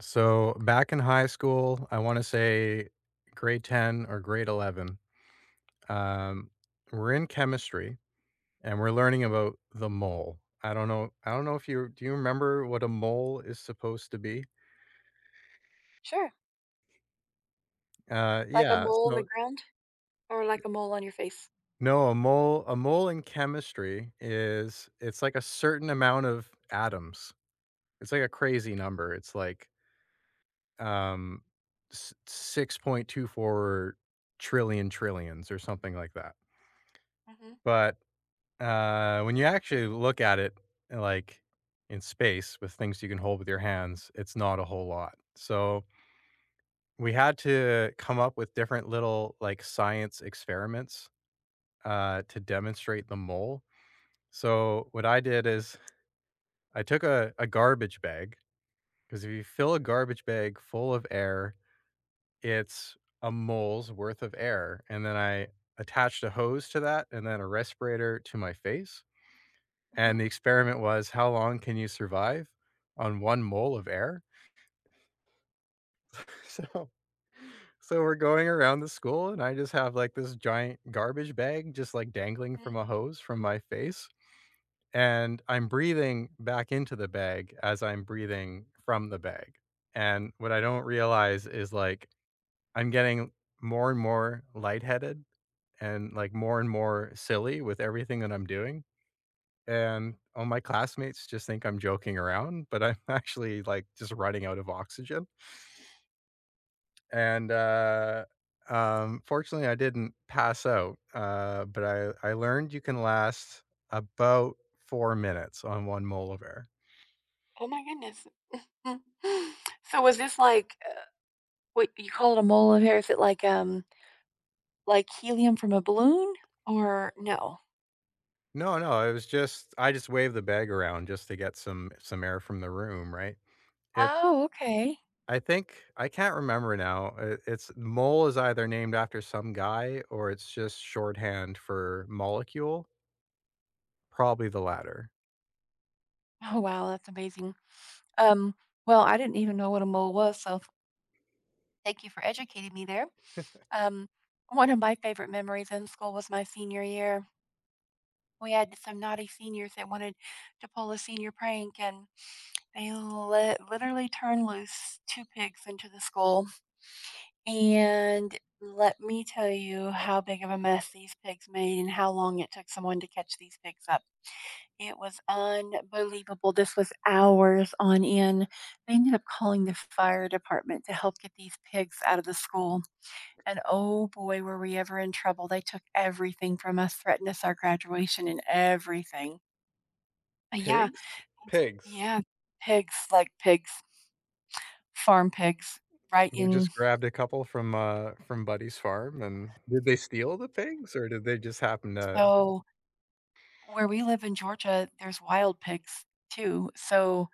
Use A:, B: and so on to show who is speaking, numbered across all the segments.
A: So back in high school, I want to say grade 10 or grade 11, um, we're in chemistry and we're learning about the mole. I don't know. I don't know if you remember what a mole is supposed to be?
B: Sure,
A: Uh,
B: like a
A: yeah.
B: mole on the
A: So
B: ground or like a mole on your face?
A: no, a mole in chemistry is it's like a certain amount of atoms. It's like a crazy number. It's like um, 6.24 trillion trillions or something like that.
B: Mhm,
A: But when you actually look at it, uh, like, in space with things you can hold with your hands, it's not a whole lot. So, we had to come up with different little, like, science experiments, to demonstrate the mole. So, what I did is I took a garbage bag because if you fill a garbage bag full of air, it's a mole's worth of air, and then I attached a hose to that and then a respirator to my face.
B: mhm,
A: And the experiment was how long can you survive on 1 mole of air? So so we're going around the school, and I just have, like, this giant garbage bag just, like, dangling
B: mhm.
A: from a hose from my face, and I'm breathing back into the bag as I'm breathing from the bag. And what I don't realize is, like, I'm getting more and more lightheaded and, like, more and more silly with everything that I'm doing, and all my classmates just think I'm joking around, but I'm actually, like, just running out of oxygen, and fortunately, I didn't pass out, but I learned you can last about 4 minutes on 1 mole of air.
B: Oh my goodness. Mm. So was this like, what you call it a mole of hair, is it like helium from a balloon or no?
A: No, no, it was just I just waved the bag around just to get some air from the room, right? It's
B: Oh, okay.
A: I think I can't remember now, I it's mole is either named after some guy or it's just shorthand for molecule. Probably the latter.
B: Oh, wow, that's amazing. Um, well, I didn't even know what a mole was, so thank you for educating me there. Um, one of my favorite memories in school was my senior year. We had some naughty seniors that wanted to pull a senior prank, and they let literally turned loose 2 pigs into the school, and let me tell you how big of a mess these pigs made and how long it took someone to catch these pigs up. It was unbelievable. This was hours on end. They ended up calling the fire department to help get these pigs out of the school, and oh boy, were we ever in trouble. They took everything from us, threatened us our graduation and everything. But yeah,
A: Pigs? Pigs.
B: yeah, pigs like pigs. Farm pigs right
A: They
B: in.
A: just grabbed a couple from Buddy's farm, and did they steal the pigs, or did they just happen to
B: So where we live in Georgia, there's wild pigs too. So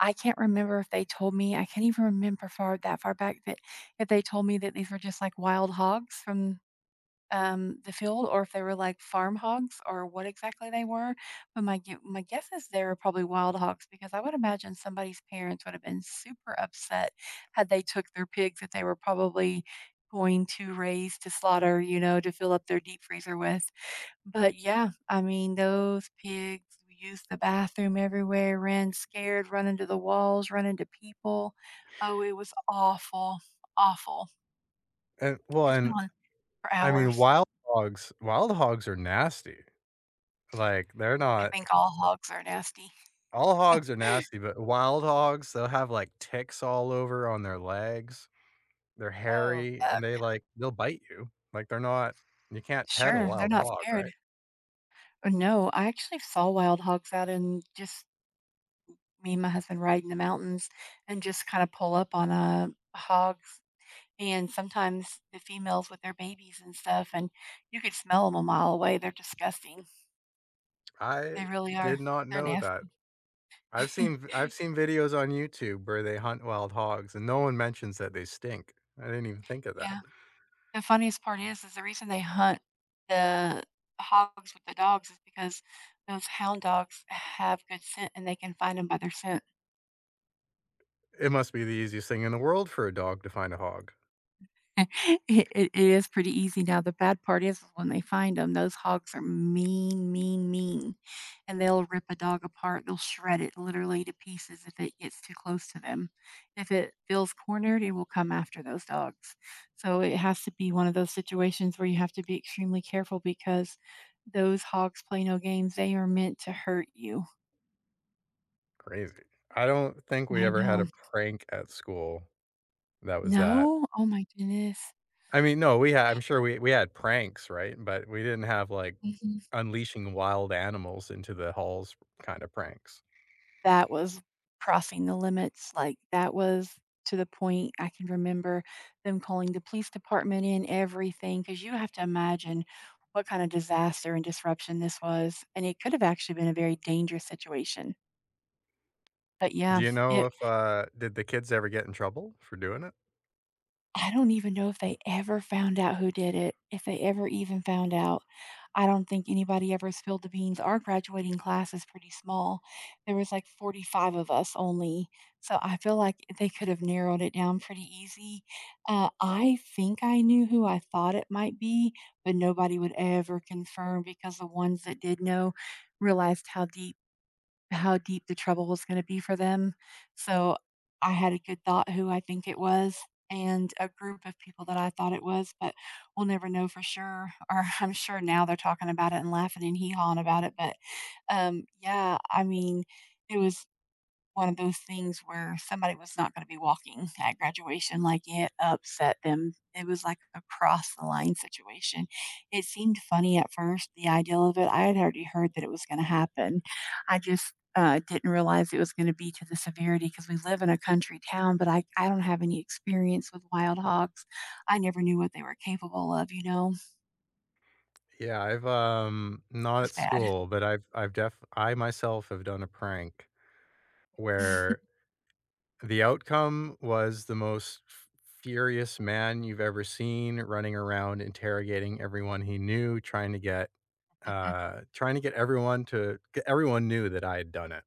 B: I can't remember if they told me, I can't even remember far that far back that if they told me that these were just like wild hogs from the field or if they were like farm hogs or what exactly they were. But my guess is they were probably wild hogs because I would imagine somebody's parents would have been super upset had they took their pigs that they were probably going to raise to slaughter, you know, to fill up their deep freezer with. But yeah, I mean those pigs used the bathroom everywhere, ran scared, run into the walls, run into people. Oh, it was awful, awful.
A: and well,
B: It's been
A: and
B: on for
A: I mean,
B: hours.
A: wild hogs are nasty. Like, they're
B: I
A: not
B: think all hogs are nasty.
A: all hogs are nasty, but wild hogs, they'll have, like, ticks all over on their legs. They're
B: Oh,
A: hairy, and
B: yuck.
A: they, like they'll bite you. Like, they're not you can't pet a
B: Sure, they're
A: wild
B: not
A: hog,
B: scared.
A: right?
B: No, I actually saw wild hogs out in just me and my husband ride in the mountains and just kind of pull up on hogs. And sometimes the females with their babies and stuff, and you could smell them a mile away. They're disgusting.
A: I
B: They really are.
A: did not
B: They're
A: know that.
B: nasty.
A: I've seen v I've seen videos on YouTube where they hunt wild hogs, and no one mentions that they stink. I didn't even think of that.
B: Yeah. The funniest part is the reason they hunt the hogs with the dogs is because those hound dogs have good scent and they can find them by their scent.
A: It must be the easiest thing in the world for a dog to find a hog.
B: It is pretty easy now, the bad part is when they find them; those hogs are mean, and they'll rip a dog apart, they'll shred it literally to pieces if it gets too close to them. If it feels cornered, it will come after those dogs. So it has to be one of those situations where you have to be extremely careful because those hogs play no games, they are meant to hurt you.
A: Crazy. I don't think we
B: I
A: ever had a
B: know.
A: prank at school that was that
B: No? Oh my goodness.
A: I mean, no, we had I'm sure we had pranks, right? But we didn't have, like,
B: Mhm.
A: unleashing wild animals into the halls kind of pranks.
B: That was crossing the limits, like, that was to the point I can remember them calling the police department in, everything because you have to imagine what kind of disaster and disruption this was, and it could have actually been a very dangerous situation. But
A: Do
B: yeah,
A: you know
B: it
A: if, did the kids ever get in trouble for doing it?
B: I don't even know if they ever found out who did it, if they ever even found out. I don't think anybody ever spilled the beans. Our graduating class is pretty small. There was like 45 of us only. So I feel like they could have narrowed it down pretty easy. I think I knew who I thought it might be, but nobody would ever confirm because the ones that did know realized how deep the trouble was gonna be for them. So I had a good thought who I think it was and a group of people that I thought it was, but we'll never know for sure, or I'm sure now they're talking about it and laughing and hee-hawing about it, but, yeah, I mean, it was one of those things where somebody was not gonna be walking at graduation, like, it upset them. It was like a cross the line situation. It seemed funny at first, the ideal of it. I had already heard that it was gonna happen. I just, didn't realize it was gonna be to the severity because we live in a country town, but I don't have any experience with wild hogs. I never knew what they were capable of, you know? It
A: Yeah, I've, not at
B: was bad.
A: school, but I myself have done a prank where the outcome was the most f furious man you've ever seen running around interrogating everyone he knew, trying to get everyone to g everyone knew that I had done it.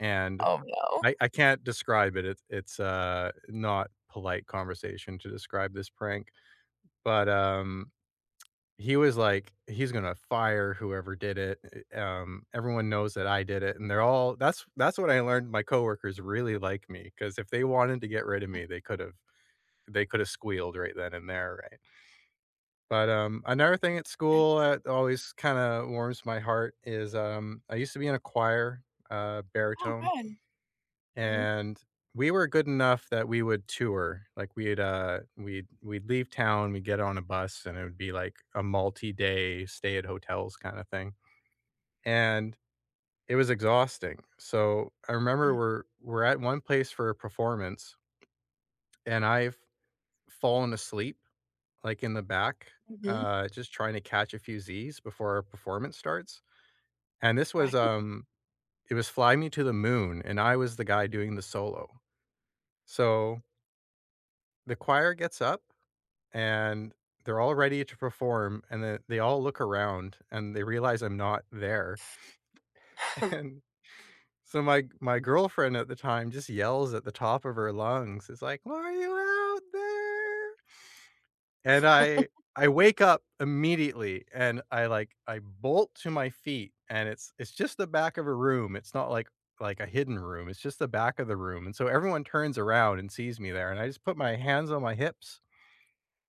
A: And
B: Oh, no.
A: I can't describe it. It's not polite conversation to describe this prank, but, he was like, "He's gonna fire whoever did it, everyone knows that I did it," and they're all that's what I learned my coworkers really like me because if they wanted to get rid of me, they could've squealed right then and there, right? But, another thing at school that always kinda warms my heart is, I used to be in a choir,
B: Oh,
A: baritone.
B: good. Mhm.
A: And we were good enough that we would tour. Like we'd leave town, we'd get on a bus, and it would be like a multi-day stay at hotels kind of thing. And it was exhausting. So I remember we're at one place for a performance, and I've fallen asleep like in the back,
B: Mhm.
A: just trying to catch a few Z's before our performance starts. And this was
B: Right.
A: it was Fly Me to the Moon, and I was the guy doing the solo. So the choir gets up and they're all ready to perform and then they all look around and they realize I'm not there. And so my girlfriend at the time just yells at the top of her lungs. It's like, "Are you out there?" And I wake up immediately and I like I bolt to my feet and it's just the back of a room. It's not like like a hidden room. It's just the back of the room. And so everyone turns around and sees me there and I just put my hands on my hips.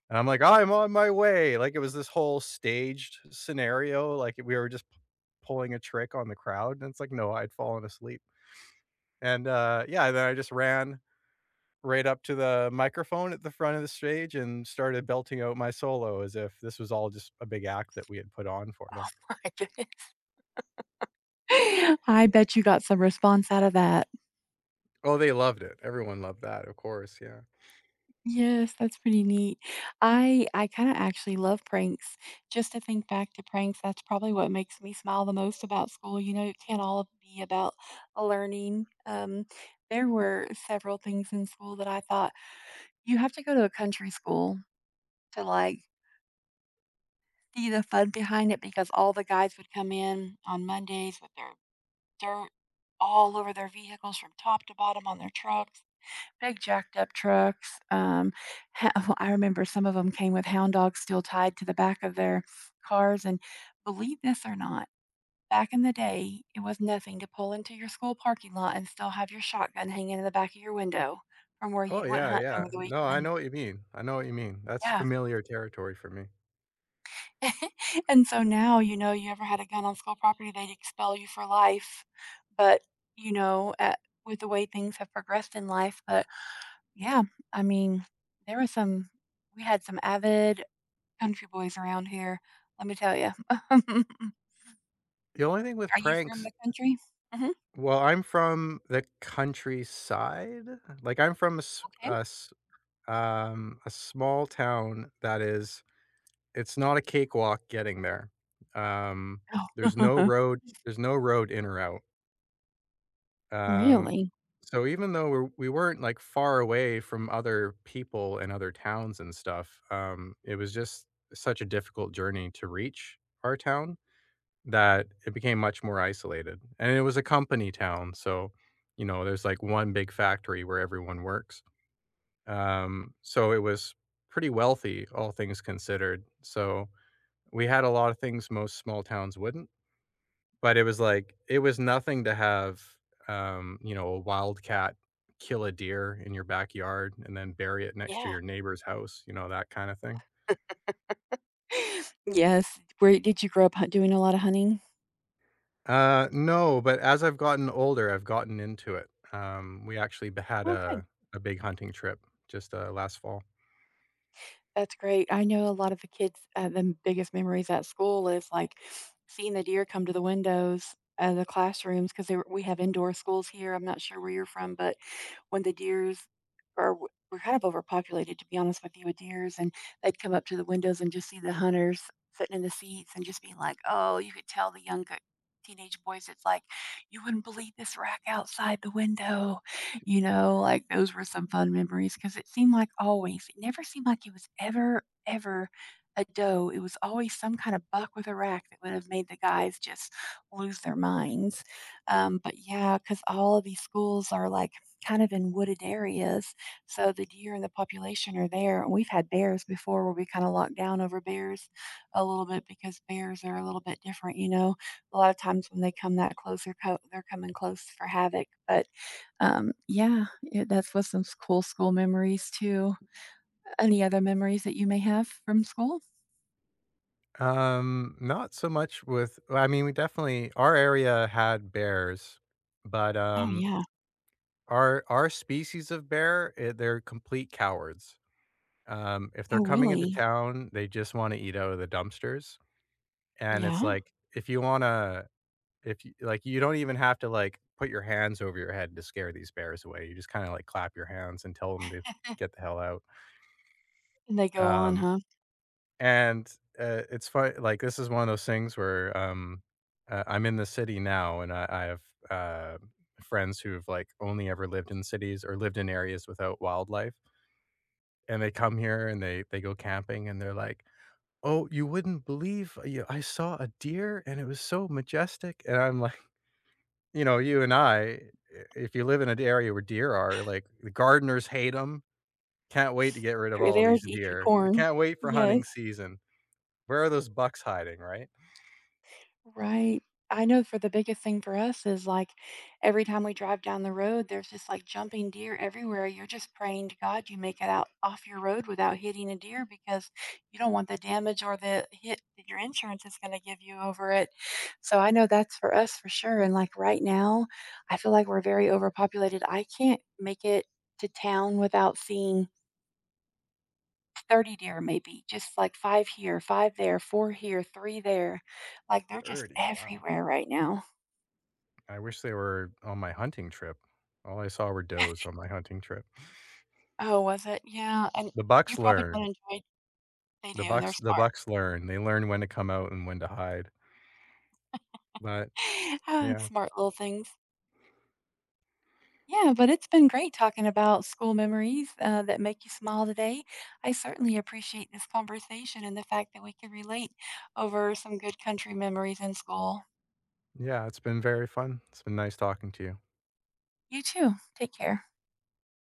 A: And I'm like, "I'm on my way." Like, it was this whole staged scenario, like, we were just p pulling a trick on the crowd, and it's like, no, I'd fallen asleep. And, yeah, then I just ran right up to the microphone at the front of the stage and started belting out my solo as if this was all just a big act that we had put on for them.
B: Oh, my goodness. I bet you got some response out of that.
A: Oh, they loved it. Everyone loved that, of course, yeah.
B: Yes, that's pretty neat. I kinda actually love pranks. Just to think back to pranks, that's probably what makes me smile the most about school, you know, it can't all be about learning. There were several things in school that I thought, "You have to go to a country school to, like, see the fun behind it," because all the guys would come in on Mondays with their dirt all over their vehicles from top to bottom on their trucks. Big jacked up trucks, ha well, I remember some of them came with hound dogs still tied to the back of their cars, and believe this or not, back in the day, it was nothing to pull into your school parking lot and still have your shotgun hanging in the back of your window from where
A: Oh,
B: you'd went
A: yeah,
B: hunting over
A: yeah.
B: the
A: No, I
B: weekend.
A: know what you mean. I know what you mean. That's
B: Yeah.
A: familiar territory for me.
B: And so now, you know, you ever had a gun on school property, they'd expel you for life, but, you know, with the way things have progressed in life, but yeah, I mean, there were some we had some avid country boys around here, let me tell you.
A: The only thing with
B: Are you from
A: pranks.
B: the country? Mhm.
A: Well, I'm from the countryside. Like, I'm from a s
B: Okay.
A: a s um, a small town that is it's not a cakewalk getting there. Um, there's no
B: Oh.
A: road there's no road in or out. Um,
B: Really?
A: so even though we weren't, like, far away from other people and other towns and stuff, it was just such a difficult journey to reach our town. That it became much more isolated, and it was a company town, so, you know, there's, like, one big factory where everyone works, so it was pretty wealthy, all things considered, so we had a lot of things most small towns wouldn't, but it was, like it was nothing to have, you know, a wildcat kill a deer in your backyard and then bury it next to
B: Yeah.
A: your neighbor's house, you know, that kinda thing.
B: Yes. Where did you grow up hu doing a lot of hunting?
A: No, but as I've gotten older, I've gotten into it. We actually b had
B: Okay.
A: a big hunting trip just, last fall.
B: That's great. I know a lot of the kids, the biggest memories at school is like seeing the deer come to the windows of the classrooms because we have indoor schools here. I'm not sure where you're from, but when the deers are, we're kind of overpopulated, to be honest with you, with deers, and they'd come up to the windows and just see the hunters sitting in the seats and just be like, oh, you could tell the young teenage boys, it's like, you wouldn't believe this rack outside the window. You know, like those were some fun memories because it seemed like always, it never seemed like it was ever a doe. It was always some kind of buck with a rack that would have made the guys just lose their minds. But yeah, because all of these schools are like kind of in wooded areas. So the deer and the population are there. And we've had bears before where we kind of locked down over bears a little bit because bears are a little bit different, you know. A lot of times when they come that close, they're coming close for havoc. But yeah, yeah, that's with some cool school memories too. Any other memories that you may have from school?
A: Not so much with well, I mean, we definitely our area had bears, but,
B: Oh, yeah.
A: our species of bear, eh, they're complete cowards. If they're
B: Oh,
A: coming into
B: really?
A: town, they just wanna eat out of the dumpsters, and it's
B: Yeah.
A: like, if you wanna If you like, you don't even have to, like, put your hands over your head to scare these bears away. You just kinda, like, clap your hands and tell them to get the hell out.
B: And they go on,
A: Um,
B: huh?
A: and, it's fun like, this is one of those things where, I'm in the city now, and I have, uh, friends who've, like, only ever lived in cities or lived in areas without wildlife, and they come here and they go camping, and they're like, "Oh, you wouldn't believe, you know, I saw a deer, and it was so majestic," and I'm like you know, you and I, if you live in an area where deer are, like, the gardeners hate them. 'Em. Can't wait to get rid of
B: They're
A: all
B: there to
A: these
B: eat your
A: deer. I
B: corn.
A: can't wait for hunting
B: Yes.
A: season. Where are those bucks hiding, right?
B: Right. I know for the biggest thing for us is like every time we drive down the road, there's just like jumping deer everywhere. You're just praying to God you make it out off your road without hitting a deer because you don't want the damage or the hit that your insurance is going to give you over it. So I know that's for us for sure. And like right now, I feel like we're very overpopulated. I can't make it to town without seeing 30 deer maybe, just like 5 here, 5 there, 4 here, 3 there. Like, they're just
A: 30, wow.
B: everywhere right now.
A: I wish they were on my hunting trip. All I saw were does on my hunting trip.
B: Oh, was it? Yeah, and
A: The
B: you
A: bucks
B: probably don't
A: learn.
B: enjoy they
A: The
B: do, they're
A: bucks the
B: smart.
A: bucks learn. They learn when to come out and when to hide. But
B: Ah,
A: yeah,
B: smart little things. Yeah, but it's been great talking about school memories, that make you smile today. I certainly appreciate this conversation and the fact that we could relate over some good country memories in school.
A: yeah, it's been very fun. It's been nice talking to you.
B: You too. Take care.